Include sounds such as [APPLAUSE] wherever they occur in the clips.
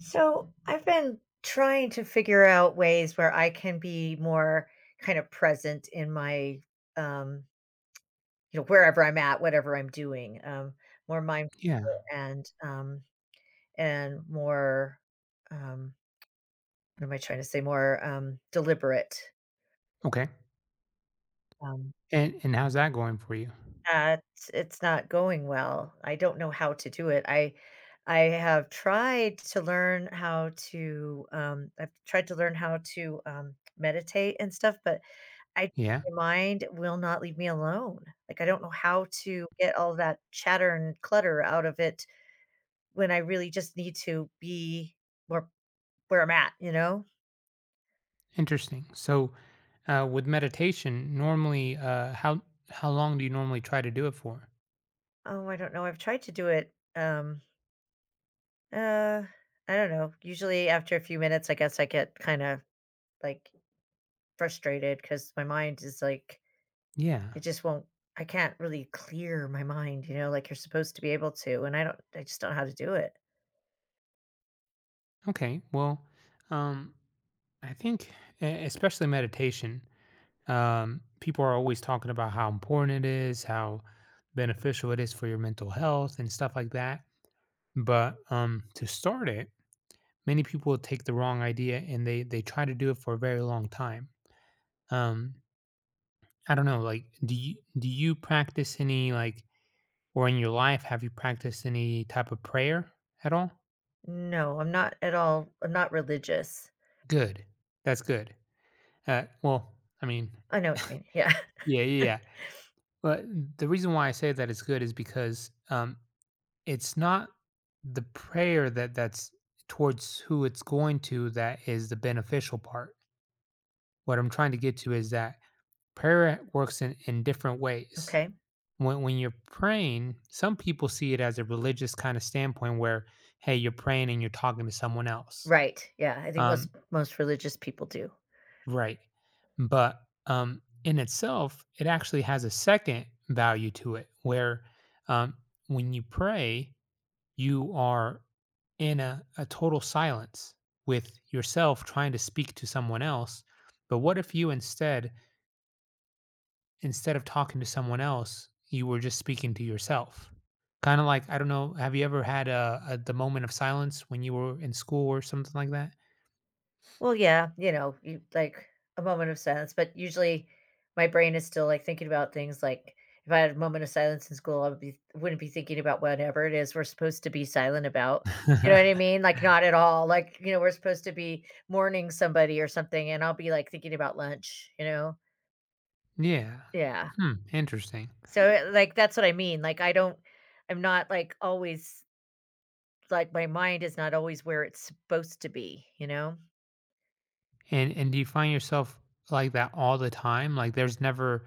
So I've been trying to figure out ways where I can be more kind of present in my, um, you know, wherever I'm at, whatever I'm doing, more mindful Yeah, and um, and more, um, what am I trying to say? More deliberate. okay. Um, And how's that going for you? that it's not going well. I don't know how to do it. I have tried to learn how to I've tried to learn how to meditate and stuff, but I Yeah, my mind will not leave me alone. Like I don't know how to get all that chatter and clutter out of it when I really just need to be where where I'm at, you know? interesting. So, with meditation, normally, how long do you normally try to do it for? Oh, I don't know. I've tried to do it uh I don't know. Usually after a few minutes I guess I get kind of like frustrated because my mind is like Yeah. it just won't, I can't really clear my mind, you know, like you're supposed to be able to, and I don't, I just don't know how to do it. Okay. Well, um, I think especially meditation, people are always talking about how important it is, how beneficial it is for your mental health and stuff like that. But to start it, many people take the wrong idea and they try to do it for a very long time. Um, I don't know, like, do you practice any, like or in your life, have you practiced any type of prayer at all? No, I'm not at all, I'm not religious. Good. That's good. Well, I mean I know [LAUGHS] what you mean, yeah. Yeah, yeah, [LAUGHS] yeah. But the reason why I say that it's good is because, it's not the prayer that's towards who it's going to that is the beneficial part. What I'm trying to get to is that prayer works in different ways. Okay. When you're praying, some people see it as a religious kind of standpoint where, hey, you're praying and you're talking to someone else. Right, yeah, I think Um, most religious people do. right. But in itself, it actually has a second value to it where um, when you pray, you are in a total silence with yourself trying to speak to someone else. But what if you instead of talking to someone else, you were just speaking to yourself. Kind of like, I don't know, have you ever had a the moment of silence when you were in school or something like that? Well, yeah, you know, you like a moment of silence, but usually my brain is still like thinking about things like if I had a moment of silence in school, I would be wouldn't be thinking about whatever it is we're supposed to be silent about. You know what I [LAUGHS] mean? Like not at all. Like, you know, we're supposed to be mourning somebody or something and I'll be like thinking about lunch, you know? Yeah. Yeah. Hmm, interesting. So it, like that's what I mean. Like I don't, I'm not like always, like my mind is not always where it's supposed to be, you know? And do you find yourself like that all the time? Like there's never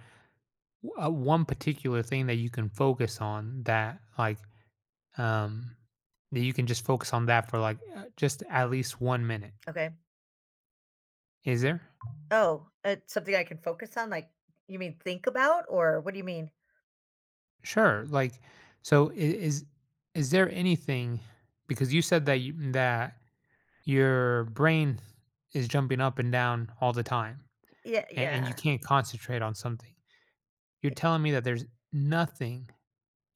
one particular thing that you can focus on that like um that you can just focus on that for like just at least 1 minute. Okay. Is there? Oh, it's something I can focus on? Like, you mean think about or what do you mean? Sure. Like, is is there anything because you said that your brain is jumping up and down all the time Yeah, and you yeah. can't concentrate on something. You're I. telling me that there's nothing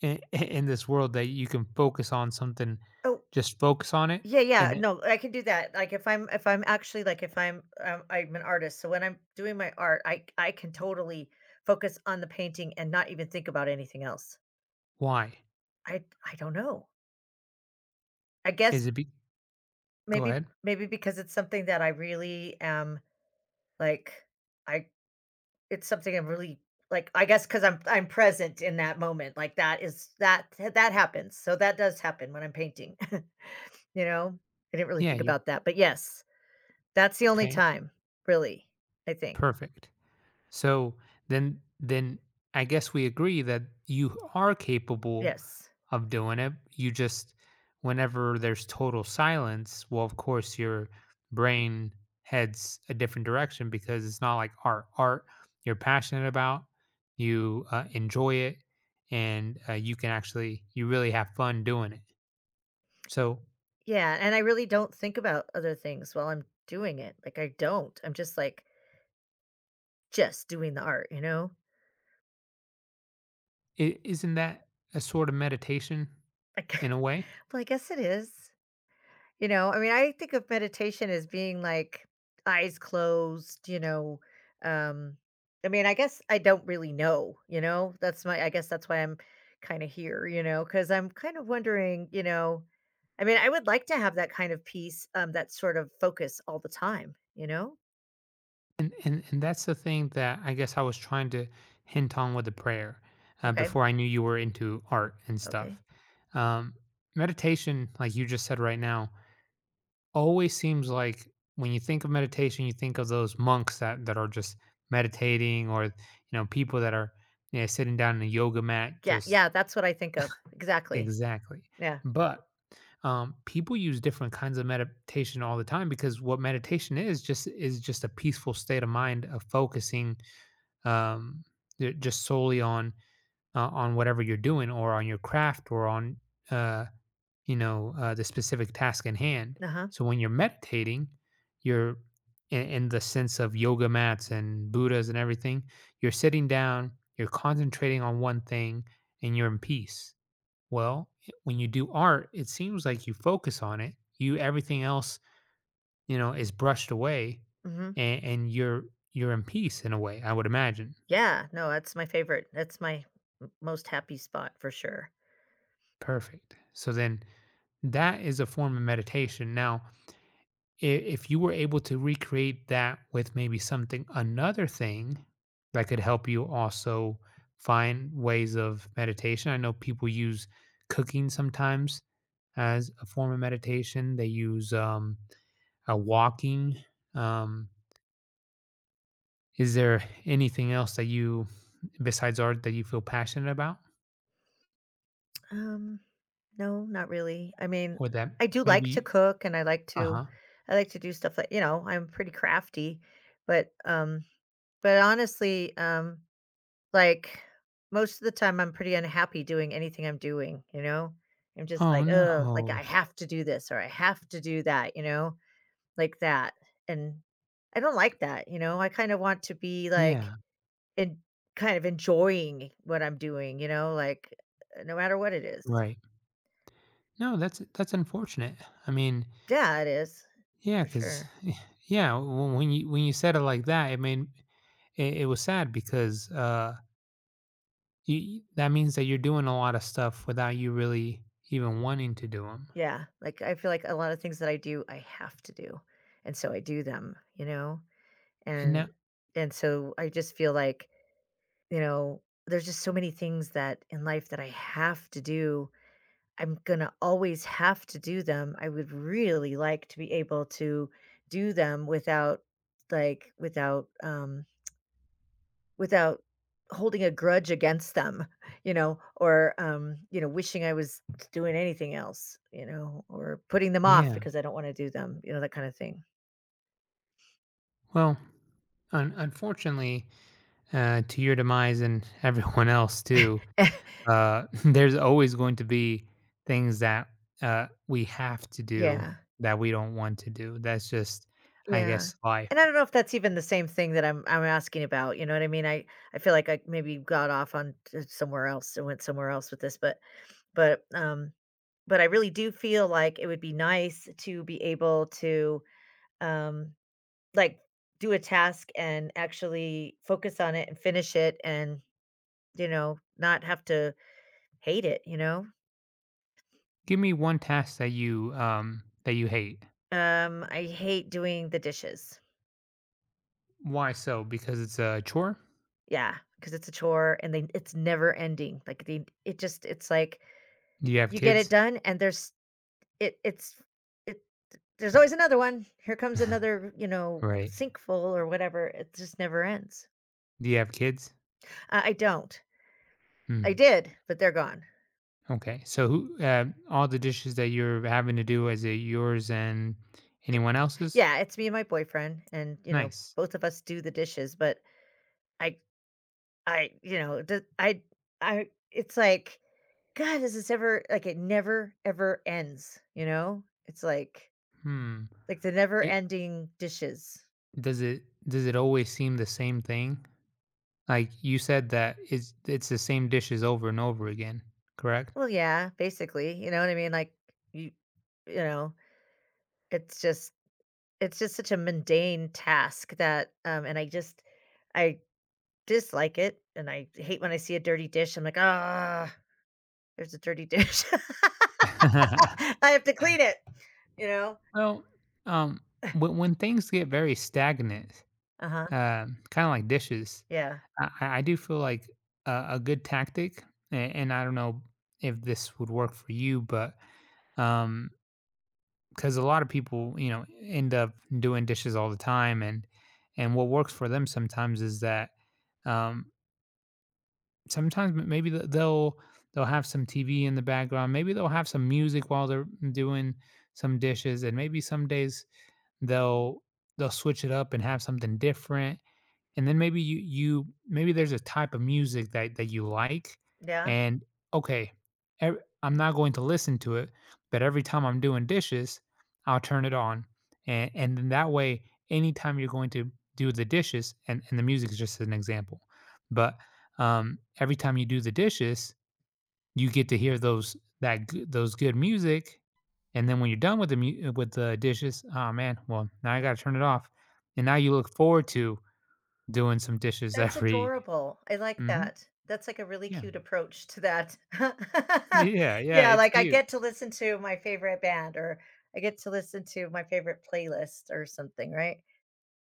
in, [LAUGHS] in this world that you can focus on something, Oh, just focus on it. yeah, yeah. And it- No, I can do that. Like if I'm actually like if I'm I'm an artist, so when I'm doing my art, I can totally focus on the painting and not even think about anything else. why? I I don't know. I guess Is it be, go ahead. maybe because it's something that I really am like I it's something I'm really like, I guess because I 'cause I'm present in that moment, like, that is that happens, so that does happen when I'm painting, [LAUGHS] you know? I didn't really Yeah, think you about that, but yes, that's the only okay. time, really, I think. Perfect. So then I guess we agree that you are capable Yes. of doing it. You just whenever there's total silence, well of course your brain heads a different direction because it's not like art. Art you're passionate about, you enjoy it and you can actually you really have fun doing it. So Yeah, and I really don't think about other things while I'm doing it, like, I don't. I'm just, like, just doing the art, you know? is isn't that a sort of meditation Like, in a [LAUGHS] way? well, I guess it is. You know, I mean, I think of meditation as being like eyes closed, you know. Um, I mean, I guess I don't really know, you know. That's my I guess that's why I'm kind of here, you know, because I'm kind of wondering, you know, I mean, I would like to have that kind of peace, that sort of focus all the time, you know? And, and that's the thing that I guess I was trying to hint on with the prayer Okay. before I knew you were into art and Okay. stuff. Um, meditation, like you just said right now, always seems like when you think of meditation, you think of those monks that are just meditating, or you know, people that are you know, sitting down in a yoga mat, Yeah, just yeah, that's what I think of. Exactly. exactly. Yeah. But people use different kinds of meditation all the time because what meditation is just a peaceful state of mind of focusing um, just solely on whatever you're doing or on your craft or on uh, you know the specific task in hand. Uh-huh. So when you're meditating, you're in the sense of yoga mats and Buddhas and everything. You're sitting down, you're concentrating on one thing, and you're in peace. Well, when you do art, it seems like you focus on it. You everything else, you know, is brushed away, Hmm. And you're in peace in a way. I would imagine. Yeah. No, that's my favorite. That's my m- most happy spot for sure. Perfect. So then that is a form of meditation. Now, if you were able to recreate that with maybe something, another thing that could help you also find ways of meditation. I know people use cooking sometimes as a form of meditation, they use a walking. Um, is there anything else that you, besides art, that you feel passionate about? Um no, not really. I mean, Or that I do like to maybe, cook and uh huh. I like to do stuff like, you know, I'm pretty crafty, but um but honestly, like most of the time I'm pretty unhappy doing anything I'm doing, you know? I'm just Oh, like, "Oh, like I no. have to do this or I have to do that," you know? Like that. And I don't like that, you know? I kind of want to be like Yeah. in kind of enjoying what I'm doing, you know, like no matter what it is. Right. No, that's unfortunate. I mean, Yeah, it is yeah, for because sure. yeah, w when you said it like that, I mean, it was sad because, you that means that you're doing a lot of stuff without you really even wanting to do them. Yeah, like, I feel like a lot of things that I do, I have to do, and so I do them, you know? And that And and so I just feel like, you know, there's just so many things that in life that I have to do. I'm gonna always have to do them. I would really like to be able to do them without, like, without, without holding a grudge against them, you know, or, you know, wishing I was doing anything else, you know, or putting them off yeah. because I don't wanna do them, you know, that kinda thing. Well, un unfortunately, to your demise and [LAUGHS] everyone else too, [LAUGHS] [LAUGHS] there's always going to be things that, we have to do Yeah, that we don't want to do. That's just, I yeah. guess, life. And I don't know if that's even the same thing that I'm asking about, you know what I mean? I feel like I maybe got off on to somewhere else and went somewhere else with this, but but, but I really do feel like it would be nice to be able to, um like, do a task and actually focus on it and finish it and, you know, not have to hate it, you know? Give me one task that you hate. I hate doing the dishes. Why so? Because it's a chore? Yeah, because it's a chore and they it's never ending. Like, the it just it's like Do you have you get it kids? done and there's it it's it there's always another one. Here comes another, you know, Right. sink full or whatever. It just never ends. Do you have kids? I don't. I Mm. did, but they're gone. Okay. So who all the dishes that you're having to do is it yours and anyone else's? Yeah, it's me and my boyfriend and, you know, Nice. both of us do the dishes, but I I you know, the I it's like, God, is this ever like, it never ever ends, you know? It's Hmm. like the It, never-ending dishes. does it always seem the same thing? Like you said that it's the same dishes over and over again, correct? Well, yeah, basically, you know what I mean? Like, you you know, it's just it's just such a mundane task that, and I just I dislike it, and I hate when I see a dirty dish. I'm like, "Ah, there's a dirty dish." [LAUGHS] [LAUGHS] I have to clean it, you know? Well, um when things get very stagnant. Uh-huh. Kinda like dishes. Yeah. I do feel like a good tactic, a and I don't know if this would work for you, but, um, because a lot of people, you know, end up doing dishes all the time, and what works for them sometimes is that, um, sometimes m maybe th they'll have some TV in the background, maybe they'll have some music while they're doing some dishes, and maybe some days they'll they'll switch it up and have something different. And then maybe you you maybe there's a type of music that that you like, Yeah. and okay, ev I'm not going to listen to it, but every time I'm doing dishes, I'll turn it on, and then that way, anytime you're going to do the dishes and the music is just an example, but, every time you do the dishes, you get to hear those good music, and then when you're done with the mu with the dishes, oh man, well, now I gotta turn it off," and now you look forward to doing some dishes That's every adorable. I like Mhm. that. That's like a really Yeah. cute approach to that. [LAUGHS] Yeah, yeah, Yeah, it's like I cute. get to listen to my favorite band or I get to listen to my favorite playlist or something, right?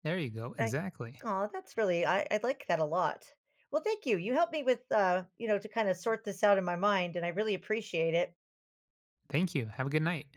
There you go, I exactly. oh, that's really I like that a lot. Well, thank you. You helped me with you know, to kind of sort this out in my mind and I really appreciate it. Thank you, have a good night.